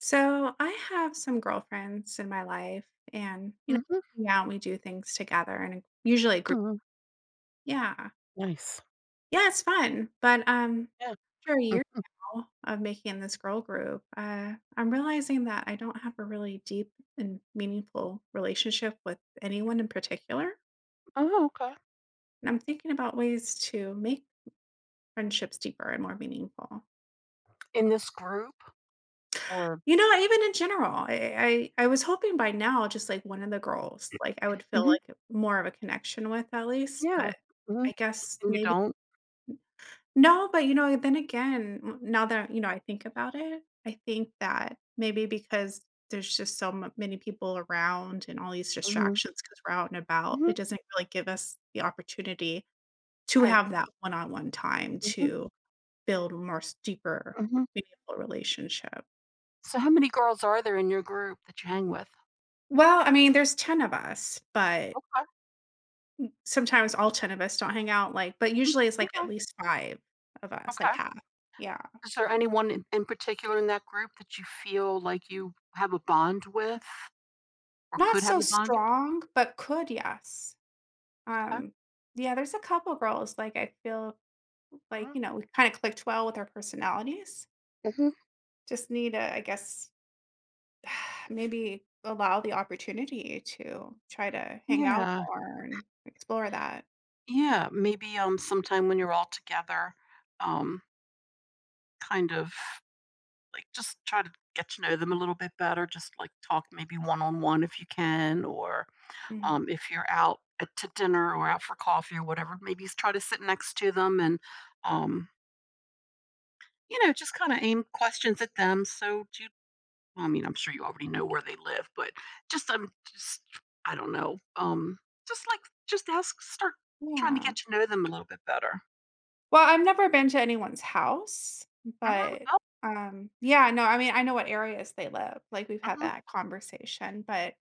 So I have some girlfriends in my life, and Mhm. hang out, we do things together, and usually a group. Oh, Yeah, nice. yeah, it's fun, but Yeah. after a year Mm. now of making this girl group, I'm realizing that I don't have a really deep and meaningful relationship with anyone in particular, Oh, okay. and I'm thinking about ways to make friendships deeper and more meaningful. In this group, or? You know, even in general, I was hoping by now, just, like, one of the girls, like, I would feel, Mhm, like, more of a connection with at least, yeah. but I Mhm. guess And you maybe. don't? No, but, you know, then again, n now that, you know, I think about it, I think that maybe because there's just so m many people around and all these Mhm. distractions because 'cause we're out and about, Mhm. it doesn't really give us the opportunity to Right. have that one-on-one time Mhm. to build more s deeper, Mhm. meaningful relationship. So how many girls are there in your group that you hang with? Well, I mean, there's 10 of us, but Okay. sometimes all 10 of us don't hang out, like, but Mhm. usually it's, like, at Okay. least 5 of us, like, Okay. half. Yeah. Is there anyone in particular in that group that you feel like you have a bond with or Not could have so a bond? strong, but could, yes. Okay. Um, yeah, there's a couple girls, like, I feel like, Mhm. you know, we kinda clicked well with our personalities. Mhm. Just need to, I guess, maybe allow the opportunity to try to hang out Yeah. more and explore that. Yeah. Maybe, sometime when you're all together, um, kind of like just try to get to know them a little bit better, just like talk maybe one-on-one if you can, or Mhm. If you're out at, to dinner or out for coffee or whatever, maybe try to sit next to them and, um, you know, just kind of aim questions at them. So do you well, I mean, I'm sure you already know where they live, but just just I don't know, just like, just ask, start trying to Yeah. get to know them a little bit better. Well, I've never been to anyone's house, Mm-hmm. but, Oh, yeah, no, I mean, I know what areas they live, like, we've had mm-hmm. that conversation, but,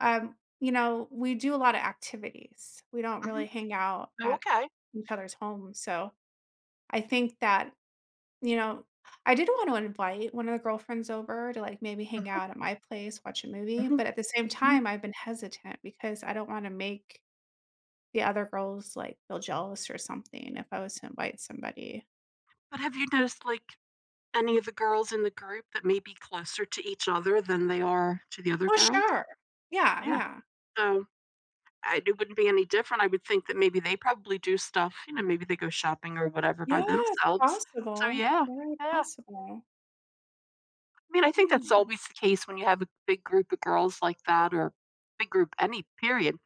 you know, we do a lot of activities. We don't Mm-hmm. really hang out Oh, at okay. each other's homes, so I think that, you know, I did want to invite one of the girlfriends over to, like, maybe hang Mhm, out at my place, watch a movie, mhm, but at the same mhm. time, I've been hesitant because I don't wanna make the other girls, like, feel jealous or something if I was to invite somebody. But have you noticed, like, any of the girls in the group that may be closer to each other than they are to the other Oh, girls? sure. Yeah, Yeah, yeah. so I it wouldn't be any different. I would think that maybe they probably do stuff, you know, maybe they go shopping or whatever by Yeah, it's themselves. So possible. yeah, Very yeah. possible. I mean, I think Yeah. that's always the case when you have a big group of girls like that, or big group any period.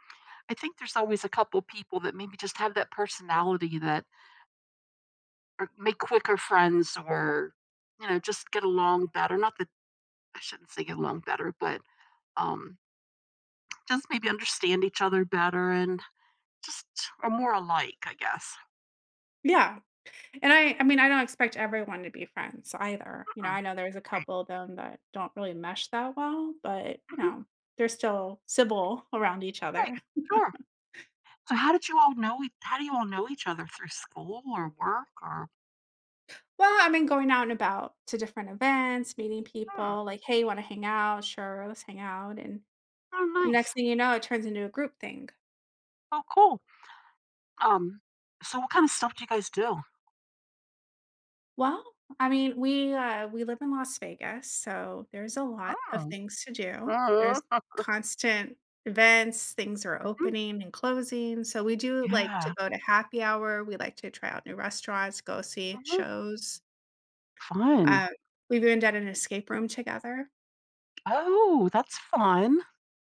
I think there's always a couple people that maybe just have that personality that are make quicker friends, or, you know, just get along better. Not that I shouldn't say get along better, but, um just maybe understand each other better and just are more alike, I guess. Yeah. And I mean, I don't expect everyone to be friends either. You know, Mm-mm, I know there's a great. couple of them that don't really mesh that well, but, you Mhm, know, they're still civil around each great. other. Sure. So how did you all know ea how do you all know each other, through school or work or? Well, I mean, going out and about to different events, meeting Hmm, people, like, "Hey, you wanna hang out? Sure, let's hang out." And oh, next nice. thing you know, it turns into a group thing. Oh, cool. Um, so what kind of stuff do you guys do? Well, I mean, we live in Las Vegas, so there's a Mhm. lot of Oh. things to do. Oh. There's constant events, things are Mhm. opening and closing, so we do like to Yeah. go to happy hour, we like to try out new restaurants, go see Mhm. shows. Fun. Uh, we've even done an escape room together. Oh, that's fun.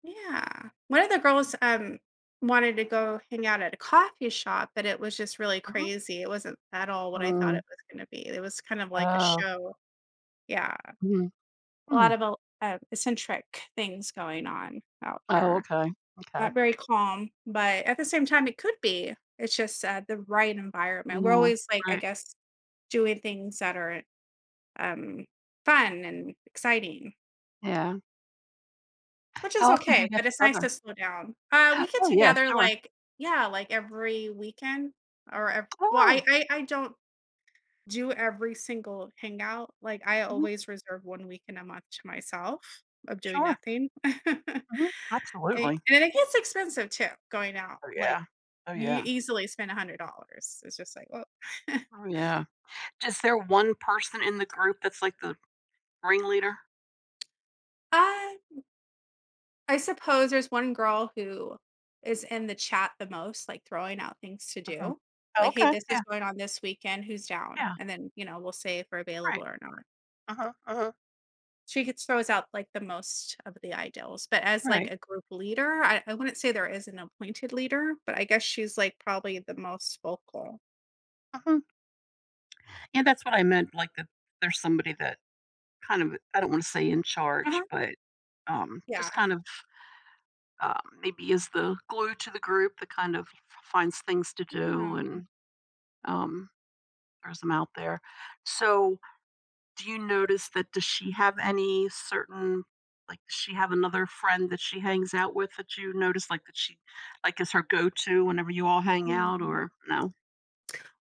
Yeah. One of the girls, wanted to go hang out at a coffee shop, but it was just really Mhm. crazy. It wasn't at all what I thought Mm. it was gonna be. It was kind of like a Oh. show. Yeah. Mhm. A lot Hmm. of el eccentric things going on out Oh, here. okay. Okay. Not very calm, but at the same time, it could be. It's just, the right environment. We're Yeah. always, like, I Right. guess, doing things that are, um, fun and exciting, Yeah. which is How often do okay, you get but it's nice to together? slow down. We get Oh, yeah, together, sure. like, yeah, like, every weekend or ev well, I Oh, I I don't do every single hangout. Like, I mhm, always reserve 1 weekend a month to myself of doing sure. nothing. Mhm, Eh, absolutely. and it gets expensive too, going out, Oh, like, yeah. Oh, you yeah. easily spend $100. It's just like, well, Oh, yeah. Is there one person in the group that's, like, the ringleader? I I suppose there's one girl who is in the chat the most, like, throwing out things to Mhm. do. Oh, Like, "Hey, okay. this is Yeah, going on this weekend, who's down?" yeah, And then, you know, we'll say if we're available right. or not. Uh-huh, uh-huh. She gets Throws out, like, the most of the ideals, but as, like, Right. a group leader, I wouldn't say there is an appointed leader, but I guess she's, like, probably the most vocal. Mhm. Yeah, that's what I meant, like, that there's somebody that kind of, I don't wanna say in charge, Uh-huh. but, Yeah. just kind of, maybe is the glue to the group that kind of finds things to do Yeah. and, um, throws them out there. So, Do you notice that does she have any certain, like, does she have another friend that she hangs out with that you notice, like, that she, like, is her go-to whenever you all hang out, Mhm. or no?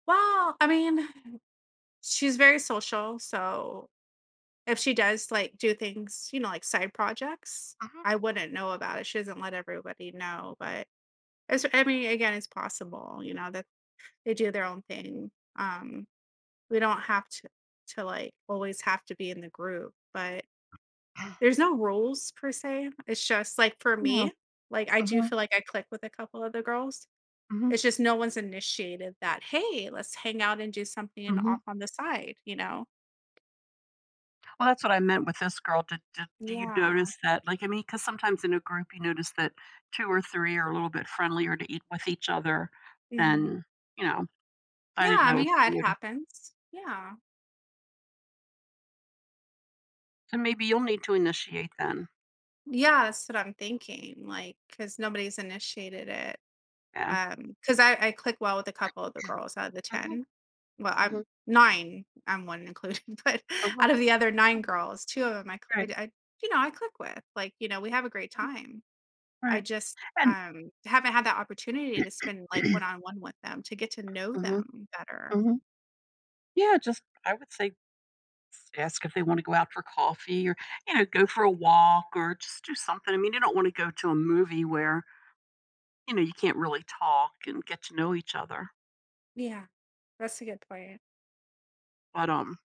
Well, I mean, she's very social, so if she does, like, do things, you know, like side projects, Mhm. I wouldn't know about it. She doesn't let everybody know, but it's, I mean, again, it's possible, you know, that they do their own thing. We don't have to like always have to be in the group, but there's no rules per se. It's just like for No. me, like I do Mhm, feel like I click with a couple of the girls. mhm, It's just no one's initiated that, "Hey, let's hang out and do something mhm. off on the side," you know? Well, that's what I meant with this girl. Did do you Yeah. notice that, like, I mean, because sometimes in a group, you notice that two or three are a little bit friendlier to eat with each other Mhm. than, you know, I Yeah, didn't I know mean, if yeah, it you would, happens. Yeah. so maybe you'll need to initiate then. Yeah, that's what I'm thinking, like, because nobody's initiated it. Yeah. Because I click well with a couple of the girls out of the Mhm, 10. Well, I'm mhm, 9, I'm 1 included, but mhm, mm, out of the other 9 girls, 2 of 'em I cl right, I I you know, I click with, like, you know, we have a great mm, time. I right. just, And haven't had that opportunity to spend, like, one-on-one with them, to get to know mhm, them better. mhm. Yeah, just I would say s ask if they wanna go out for coffee, or, you know, go for a walk or just do something. I mean, you don't wanna go to a movie where, you know, you can't really talk and get to know each other, Yeah, that's a good point. but,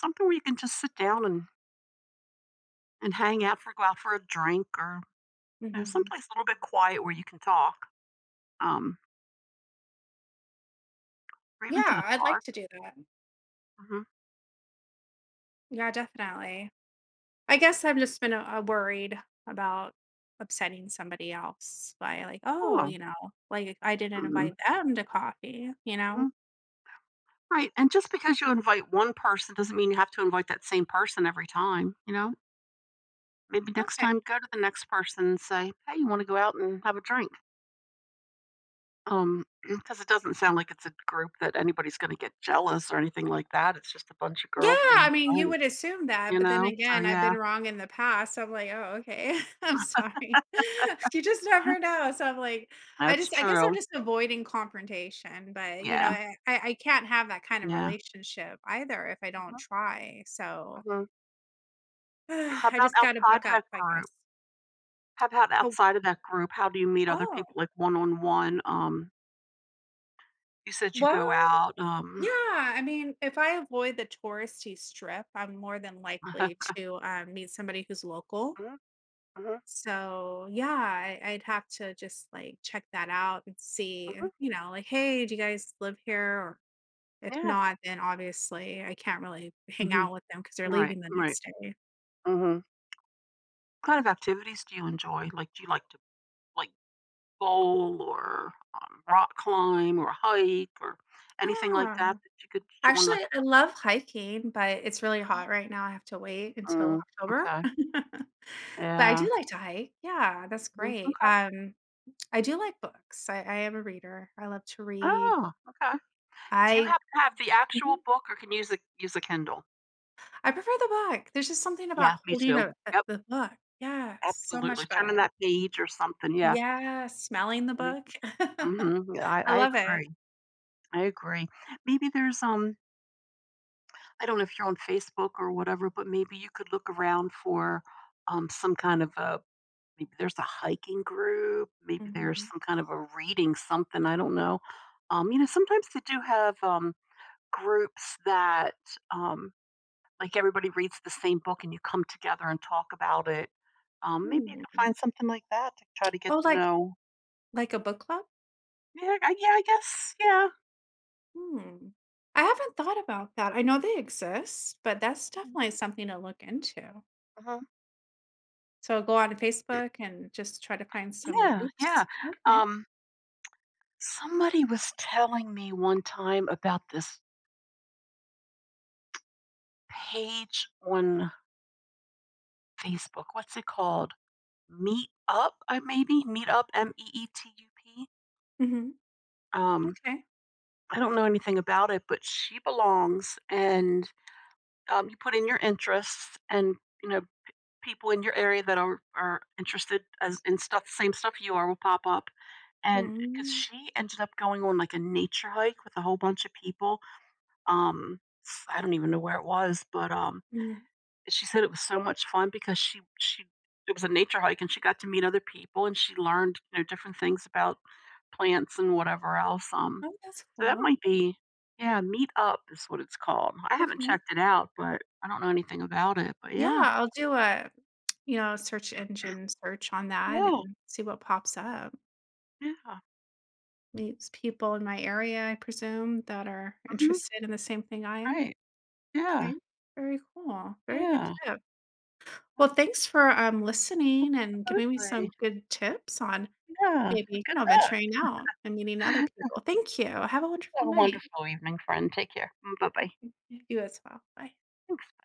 something where you can just sit down and hang out for go out for a drink, or, you know, Mhm. someplace a little bit quiet where you can talk, um, or even to Yeah, the I'd like park. to do that. Mhm. Yeah, definitely. I guess I've just been, worried about upsetting somebody else by, like, "Oh," Oh, you know, like, "I didn't mhm, invite them to coffee," you mhm. know? Right, and just because you invite one person doesn't mean you have to invite that same person every time, you know? Maybe next Okay. time go to the next person and say, "Hey, you wanna go out and have a drink?" Because it doesn't sound like it's a group that anybody's gonna get jealous or anything like that, it's just a bunch of Yeah, girls I being mean, you fun, would assume that, you but then know? So, again, I've yeah, been wrong in the past. I'm like, "Oh, okay. I'm sorry." You just never know. So I'm like, I that's just I guess I'm true. just avoiding confrontation, but, you know, Yeah, I can't have that kind of yeah. relationship either if I don't Mhm, try. So, mhm. How I about just gotta outside of buck up, that I guess. group? How about Oh, outside of that group? How do you meet other oh, people, like, one-on-one? You said you go well, out, yeah. I mean, if I avoid the touristy strip, I'm more than likely to, meet somebody who's local. Mhm, mhm, So yeah, I'd have to just like check that out and see, mhm, you know, like, hey, do you guys live here? Or if yeah. not, then obviously I can't really hang Mhm. out with them because they're Right, leaving the right. next day. Mhm. Kind of activities do you enjoy? Like, do you like bowl, or rock climb, or hike, or anything like Yeah. that that you could join? Like, Actually, I love hiking, but it's really hot right now. I have to wait until mm, October. okay, But I yeah, do like to hike. Yeah, that's mm, great. okay, I do like books. I am a reader. I love to read. oh, okay. Do you I have to have the actual book, or can you use a Kindle? I prefer the book. There's just something about Yeah, me holding too. A Yep, the book. Yeah, so absolutely. much Turning better. that page or something. Yeah. Yeah, smelling the book. Mm-hmm, yeah, I, I I love it. agree. I agree. Maybe there's, I don't know if you're on Facebook or whatever, but maybe you could look around for some kind of a, maybe there's a hiking group, maybe there's Mhm. some kind of a reading something, I don't know. You know, sometimes they do have, groups that, um, like everybody reads the same book and you come together and talk about it. Maybe you can Hmm. find something like that to try to get Oh, to know. like a book club? Yeah, I guess, yeah. Hmm. I haven't thought about that. I know they exist, but that's definitely something to look into. Mhm. So go on Facebook and just try to find some Yeah, yeah. groups. Okay. Um, somebody was telling me one time about this page on Facebook, what's it called? Meet Up, I maybe? Meet Up, Meetup? Mhm. Um, Okay. I don't know anything about it, but she belongs, and, you put in your interests, and, you know, people in your area that are interested as in stuff, same stuff you are, will pop up. And because Mm. she ended up going on, like, a nature hike with a whole bunch of people, um, s I don't even know where it was, but, Mm. she said it was so much fun because she it was a nature hike, and she got to meet other people, and she learned, you know, different things about plants and whatever else, Oh, that's so that cool. might be. Yeah, Meet Up is what it's called. I haven't Okay. checked it out, but I don't know anything about it, but Yeah, yeah. I'll do a, you know, search engine search on that Yeah, and see what pops up. yeah. Meets people in my area, I presume, that are Mhm, interested in the same thing I am. right. Yeah, Okay. Very cool. Very good yeah, tip. Well, thanks for listening and giving me absolutely. some good tips on Yeah, maybe, you good know, luck. venturing out and meeting other people. Thank you. Have a Have wonderful a night. wonderful evening, friend. Take care. Mm, bye-bye. You as well. Bye. Thanks.